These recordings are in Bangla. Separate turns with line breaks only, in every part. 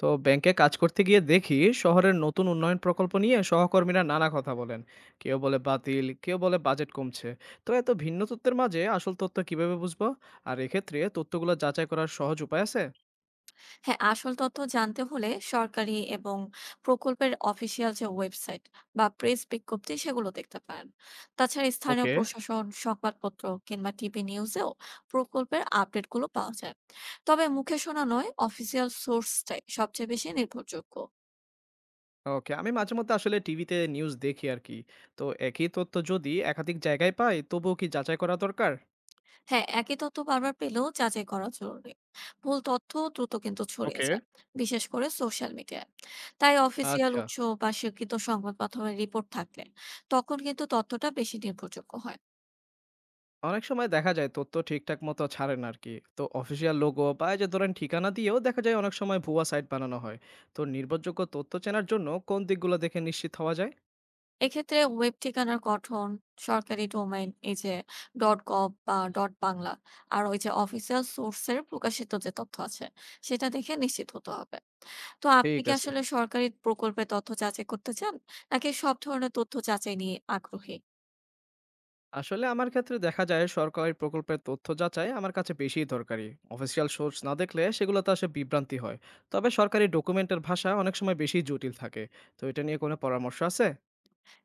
তো ব্যাংকে কাজ করতে গিয়ে দেখি শহরের নতুন উন্নয়ন প্রকল্প নিয়ে সহকর্মীরা নানা কথা বলেন। কেউ বলে বাতিল, কেউ বলে বাজেট কমছে। তো এত ভিন্ন তথ্যের মাঝে আসল তথ্য কিভাবে বুঝবো? আর এক্ষেত্রে তথ্যগুলো যাচাই করার সহজ উপায় আছে?
হ্যাঁ, আসল তথ্য জানতে হলে সরকারি এবং প্রকল্পের অফিসিয়াল যে ওয়েবসাইট বা প্রেস বিজ্ঞপ্তি সেগুলো দেখতে পারেন। তাছাড়া স্থানীয়
ওকে।
প্রশাসন, সংবাদপত্র কিংবা টিভি নিউজেও প্রকল্পের আপডেটগুলো পাওয়া যায়। তবে মুখে শোনা নয়, অফিসিয়াল সোর্সটাই সবচেয়ে বেশি নির্ভরযোগ্য।
ওকে, আমি মাঝে মধ্যে আসলে টিভিতে নিউজ দেখি আর কি। তো একই তথ্য যদি একাধিক জায়গায় পাই তবুও কি যাচাই করা দরকার?
হ্যাঁ, একই তথ্য বারবার পেলেও যাচাই করা জরুরি। ভুল তথ্য দ্রুত কিন্তু ছড়িয়ে
ওকে।
যায়, বিশেষ করে সোশ্যাল মিডিয়ায়। তাই অফিসিয়াল
আচ্ছা।
উৎস বা স্বীকৃত সংবাদ মাধ্যমের রিপোর্ট থাকলে তখন কিন্তু তথ্যটা বেশি নির্ভরযোগ্য হয়।
অনেক সময় দেখা যায় তথ্য ঠিকঠাক মতো ছাড়ে না আর কি। তো অফিসিয়াল লোগো বা এই যে ধরেন ঠিকানা দিয়েও দেখা যায় অনেক সময় ভুয়া সাইট বানানো হয়। তো নির্ভরযোগ্য তথ্য চেনার জন্য কোন দিকগুলো দেখে নিশ্চিত হওয়া যায়?
এক্ষেত্রে ওয়েব ঠিকানার গঠন, সরকারি ডোমেইন, এই যে ডট গভ বা ডট বাংলা, আর ওই যে অফিসিয়াল সোর্সের প্রকাশিত যে তথ্য আছে, সেটা দেখে নিশ্চিত হতে হবে। তো আপনি
ঠিক
কি
আছে।
আসলে সরকারি প্রকল্পে তথ্য যাচাই করতে চান, নাকি সব ধরনের তথ্য যাচাই নিয়ে আগ্রহী?
আসলে আমার ক্ষেত্রে দেখা যায় সরকারি প্রকল্পের তথ্য যাচাই আমার কাছে বেশি দরকারি। অফিসিয়াল সোর্স না দেখলে সেগুলো তো আসলে বিভ্রান্তি হয়। তবে সরকারি ডকুমেন্টের ভাষা অনেক সময় বেশি জটিল থাকে। তো এটা নিয়ে কোনো পরামর্শ আছে?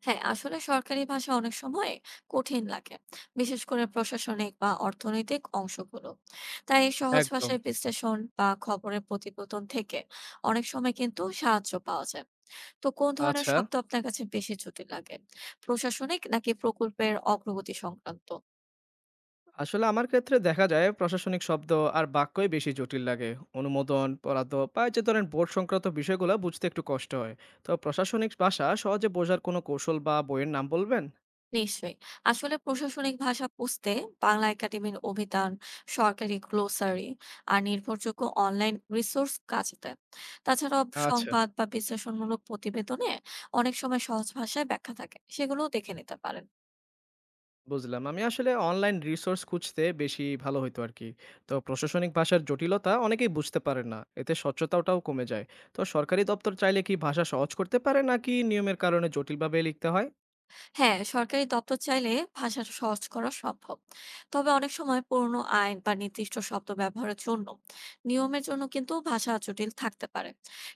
হ্যাঁ, আসলে সরকারি ভাষা অনেক সময় কঠিন লাগে, বিশেষ করে প্রশাসনিক বা অর্থনৈতিক অংশগুলো। তাই সহজ
একদম।
ভাষায় বিশ্লেষণ বা খবরের প্রতিবেদন থেকে অনেক সময় কিন্তু সাহায্য পাওয়া যায়। তো কোন ধরনের
আচ্ছা।
শব্দ আপনার কাছে বেশি জটিল লাগে, প্রশাসনিক নাকি প্রকল্পের অগ্রগতি সংক্রান্ত?
আসলে আমার ক্ষেত্রে দেখা যায় প্রশাসনিক শব্দ আর বাক্যই বেশি জটিল লাগে। অনুমোদন, বরাদ্দ বা এই যে ধরেন বোর্ড সংক্রান্ত বিষয়গুলো বুঝতে একটু কষ্ট হয়। তো প্রশাসনিক ভাষা সহজে বোঝার কোনো কৌশল বা বইয়ের নাম বলবেন?
নিশ্চয়ই। আসলে প্রশাসনিক ভাষা বুঝতে বাংলা একাডেমির অভিধান, সরকারি গ্লোসারি আর নির্ভরযোগ্য অনলাইন রিসোর্স কাজে দেয়। তাছাড়াও
আচ্ছা।
সংবাদ বা বিশ্লেষণমূলক প্রতিবেদনে অনেক সময় সহজ ভাষায় ব্যাখ্যা থাকে। সেগুলোও দেখে নিতে পারেন।
বুঝলাম। আমি আসলে অনলাইন রিসোর্স খুঁজতে বেশি ভালো হতো আর কি। তো প্রশাসনিক ভাষার জটিলতা অনেকেই বুঝতে পারে না, এতে স্বচ্ছতাটাও কমে যায়। তো সরকারি দপ্তর চাইলে কি ভাষা সহজ করতে পারে, নাকি নিয়মের কারণে জটিলভাবে লিখতে হয়?
হ্যাঁ, সরকারি দপ্তর চাইলে ভাষা সহজ করা সম্ভব। তবে অনেক সময় পুরনো আইন বা নির্দিষ্ট শব্দ ব্যবহারের জন্য, নিয়মের জন্য কিন্তু ভাষা জটিল থাকতে পারে।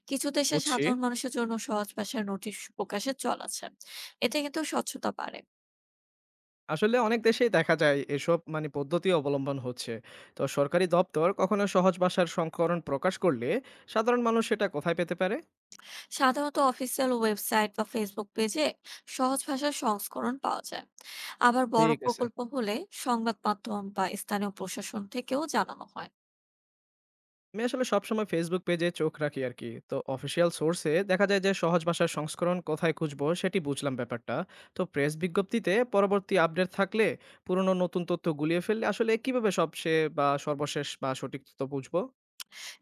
কিছু দেশে
বুঝছি।
সাধারণ মানুষের জন্য সহজ ভাষায় নোটিশ প্রকাশের চল আছে। এতে কিন্তু স্বচ্ছতা বাড়ে।
আসলে অনেক দেশেই দেখা যায় এসব মানে পদ্ধতি অবলম্বন হচ্ছে। তো সরকারি দপ্তর কখনো সহজ ভাষার সংস্করণ প্রকাশ করলে সাধারণ মানুষ সেটা কোথায় পেতে পারে?
সাধারণত অফিসিয়াল ওয়েবসাইট বা ফেসবুক পেজে সহজ ভাষার সংস্করণ পাওয়া যায়। আবার বড়
ঠিক আছে।
প্রকল্প হলে সংবাদ মাধ্যম বা স্থানীয় প্রশাসন থেকেও জানানো হয়।
আমি আসলে সবসময় ফেসবুক পেজে চোখ রাখি আর কি। তো অফিসিয়াল সোর্সে দেখা যায় যে সহজ ভাষার সংস্করণ কোথায় খুঁজবো, সেটি বুঝলাম ব্যাপারটা। তো প্রেস বিজ্ঞপ্তিতে পরবর্তী আপডেট থাকলে পুরনো নতুন তথ্য গুলিয়ে ফেললে আসলে কিভাবে সবচেয়ে বা সর্বশেষ বা সঠিক তথ্য বুঝবো?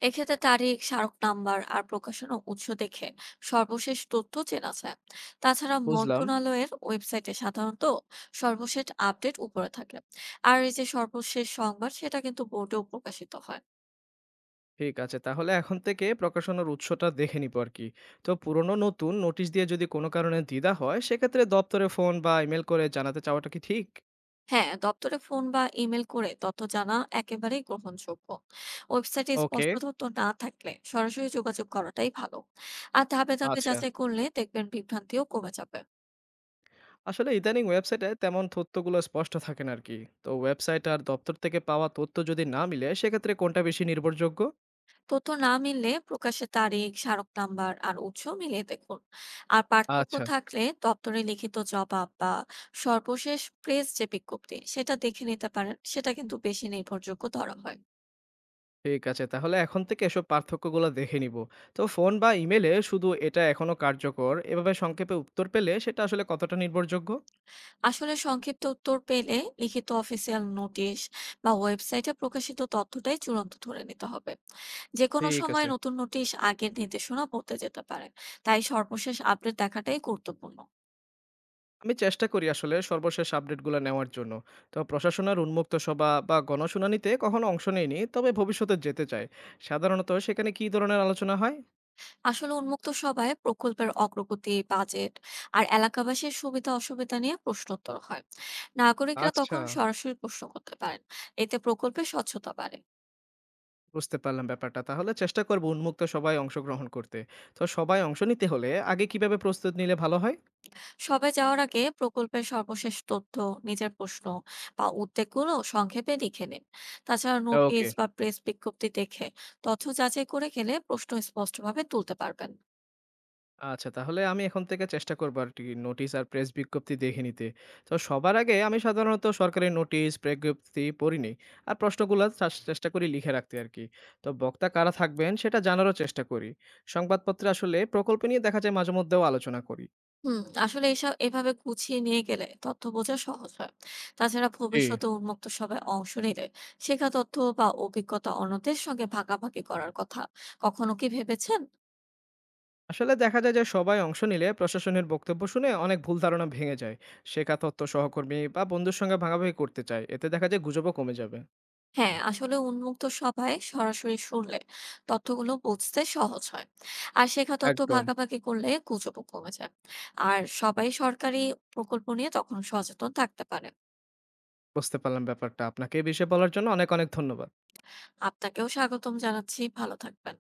এক্ষেত্রে তারিখ, স্মারক নাম্বার আর প্রকাশনা উৎস দেখে সর্বশেষ তথ্য চেনা যায়। তাছাড়া
বুঝলাম।
মন্ত্রণালয়ের ওয়েবসাইটে সাধারণত সর্বশেষ আপডেট উপরে থাকে। আর এই যে সর্বশেষ সংবাদ, সেটা কিন্তু বোর্ডেও প্রকাশিত হয়।
ঠিক আছে। তাহলে এখন থেকে প্রকাশনার উৎসটা দেখে নিবো আরকি। তো পুরনো নতুন নোটিশ দিয়ে যদি কোনো কারণে দ্বিধা হয়, সেক্ষেত্রে দপ্তরে ফোন বা ইমেইল করে জানাতে চাওয়াটা কি ঠিক?
হ্যাঁ, দপ্তরে ফোন বা ইমেল করে তথ্য জানা একেবারেই গ্রহণযোগ্য। ওয়েবসাইটে
ওকে।
স্পষ্ট তথ্য না থাকলে সরাসরি যোগাযোগ করাটাই ভালো। আর ধাপে ধাপে
আচ্ছা।
যাচাই করলে দেখবেন বিভ্রান্তিও কমে যাবে।
আসলে ইদানিং ওয়েবসাইটে তেমন তথ্যগুলো স্পষ্ট থাকে না আরকি। তো ওয়েবসাইট আর দপ্তর থেকে পাওয়া তথ্য যদি না মিলে, সেক্ষেত্রে কোনটা বেশি নির্ভরযোগ্য?
তথ্য না মিললে প্রকাশের তারিখ, স্মারক নাম্বার আর উৎস মিলিয়ে দেখুন। আর পার্থক্য
আচ্ছা,
থাকলে দপ্তরে লিখিত জবাব বা সর্বশেষ প্রেস যে বিজ্ঞপ্তি সেটা দেখে নিতে পারেন, সেটা কিন্তু বেশি নির্ভরযোগ্য ধরা হয়।
ঠিক আছে। তাহলে এখন থেকে এসব পার্থক্যগুলো দেখে নিবো। তো ফোন বা ইমেইলে শুধু "এটা এখনো কার্যকর" এভাবে সংক্ষেপে উত্তর পেলে, সেটা আসলে কতটা নির্ভরযোগ্য?
আসলে সংক্ষিপ্ত উত্তর পেলে লিখিত অফিসিয়াল নোটিশ বা ওয়েবসাইটে প্রকাশিত তথ্যটাই চূড়ান্ত ধরে নিতে হবে। যে কোনো
ঠিক
সময়
আছে।
নতুন নোটিশ আগের নির্দেশনা পড়তে যেতে পারে। তাই সর্বশেষ আপডেট দেখাটাই গুরুত্বপূর্ণ।
আমি চেষ্টা করি আসলে সর্বশেষ আপডেটগুলো নেওয়ার জন্য। তো প্রশাসনের উন্মুক্ত সভা বা গণশুনানিতে কখনো অংশ নেইনি, তবে ভবিষ্যতে যেতে চাই। সাধারণত সেখানে কি ধরনের আলোচনা হয়?
আসলে উন্মুক্ত সভায় প্রকল্পের অগ্রগতি, বাজেট আর এলাকাবাসীর সুবিধা অসুবিধা নিয়ে প্রশ্নোত্তর হয়। নাগরিকরা
আচ্ছা।
তখন সরাসরি প্রশ্ন করতে পারেন। এতে প্রকল্পের স্বচ্ছতা বাড়ে।
বুঝতে পারলাম ব্যাপারটা। তাহলে চেষ্টা করব উন্মুক্ত সভায় অংশগ্রহণ করতে। তো সবাই অংশ নিতে হলে আগে কিভাবে প্রস্তুত নিলে ভালো হয়?
সবাই যাওয়ার আগে প্রকল্পের সর্বশেষ তথ্য, নিজের প্রশ্ন বা উদ্বেগগুলো সংক্ষেপে লিখে নিন। তাছাড়া নোটিশ
ওকে।
বা প্রেস বিজ্ঞপ্তি দেখে তথ্য যাচাই করে গেলে প্রশ্ন স্পষ্টভাবে তুলতে পারবেন।
আচ্ছা, তাহলে আমি এখন থেকে চেষ্টা করব আরকি নোটিশ আর প্রেস বিজ্ঞপ্তি দেখে নিতে। তো সবার আগে আমি সাধারণত সরকারি নোটিশ, বিজ্ঞপ্তি পড়ি নেই। আর প্রশ্নগুলা চেষ্টা করি লিখে রাখতে আরকি। তো বক্তা কারা থাকবেন সেটা জানারও চেষ্টা করি। সংবাদপত্রে আসলে প্রকল্প নিয়ে দেখা যায় মাঝেমধ্যেও আলোচনা করি।
হুম, আসলে এসব এভাবে গুছিয়ে নিয়ে গেলে তথ্য বোঝা সহজ হয়। তাছাড়া
জি।
ভবিষ্যতে উন্মুক্ত সভায় অংশ নিলে শেখা তথ্য বা অভিজ্ঞতা অন্যদের সঙ্গে ভাগাভাগি করার কথা কখনো কি ভেবেছেন?
আসলে দেখা যায় যে সবাই অংশ নিলে প্রশাসনের বক্তব্য শুনে অনেক ভুল ধারণা ভেঙে যায়। শেখা তথ্য সহকর্মী বা বন্ধুর সঙ্গে ভাগাভাগি করতে চায়। এতে দেখা যায় গুজবও কমে যাবে।
হ্যাঁ, আসলে উন্মুক্ত সভায় সরাসরি শুনলে তথ্যগুলো বুঝতে সহজ হয়। আর শেখা তথ্য
একদম।
ভাগাভাগি করলে গুজবও কমে যায়। আর সবাই সরকারি প্রকল্প নিয়ে তখন সচেতন থাকতে পারে।
বুঝতে পারলাম ব্যাপারটা। আপনাকে এই বিষয়ে বলার জন্য অনেক, অনেক ধন্যবাদ।
আপনাকেও স্বাগতম জানাচ্ছি। ভালো থাকবেন।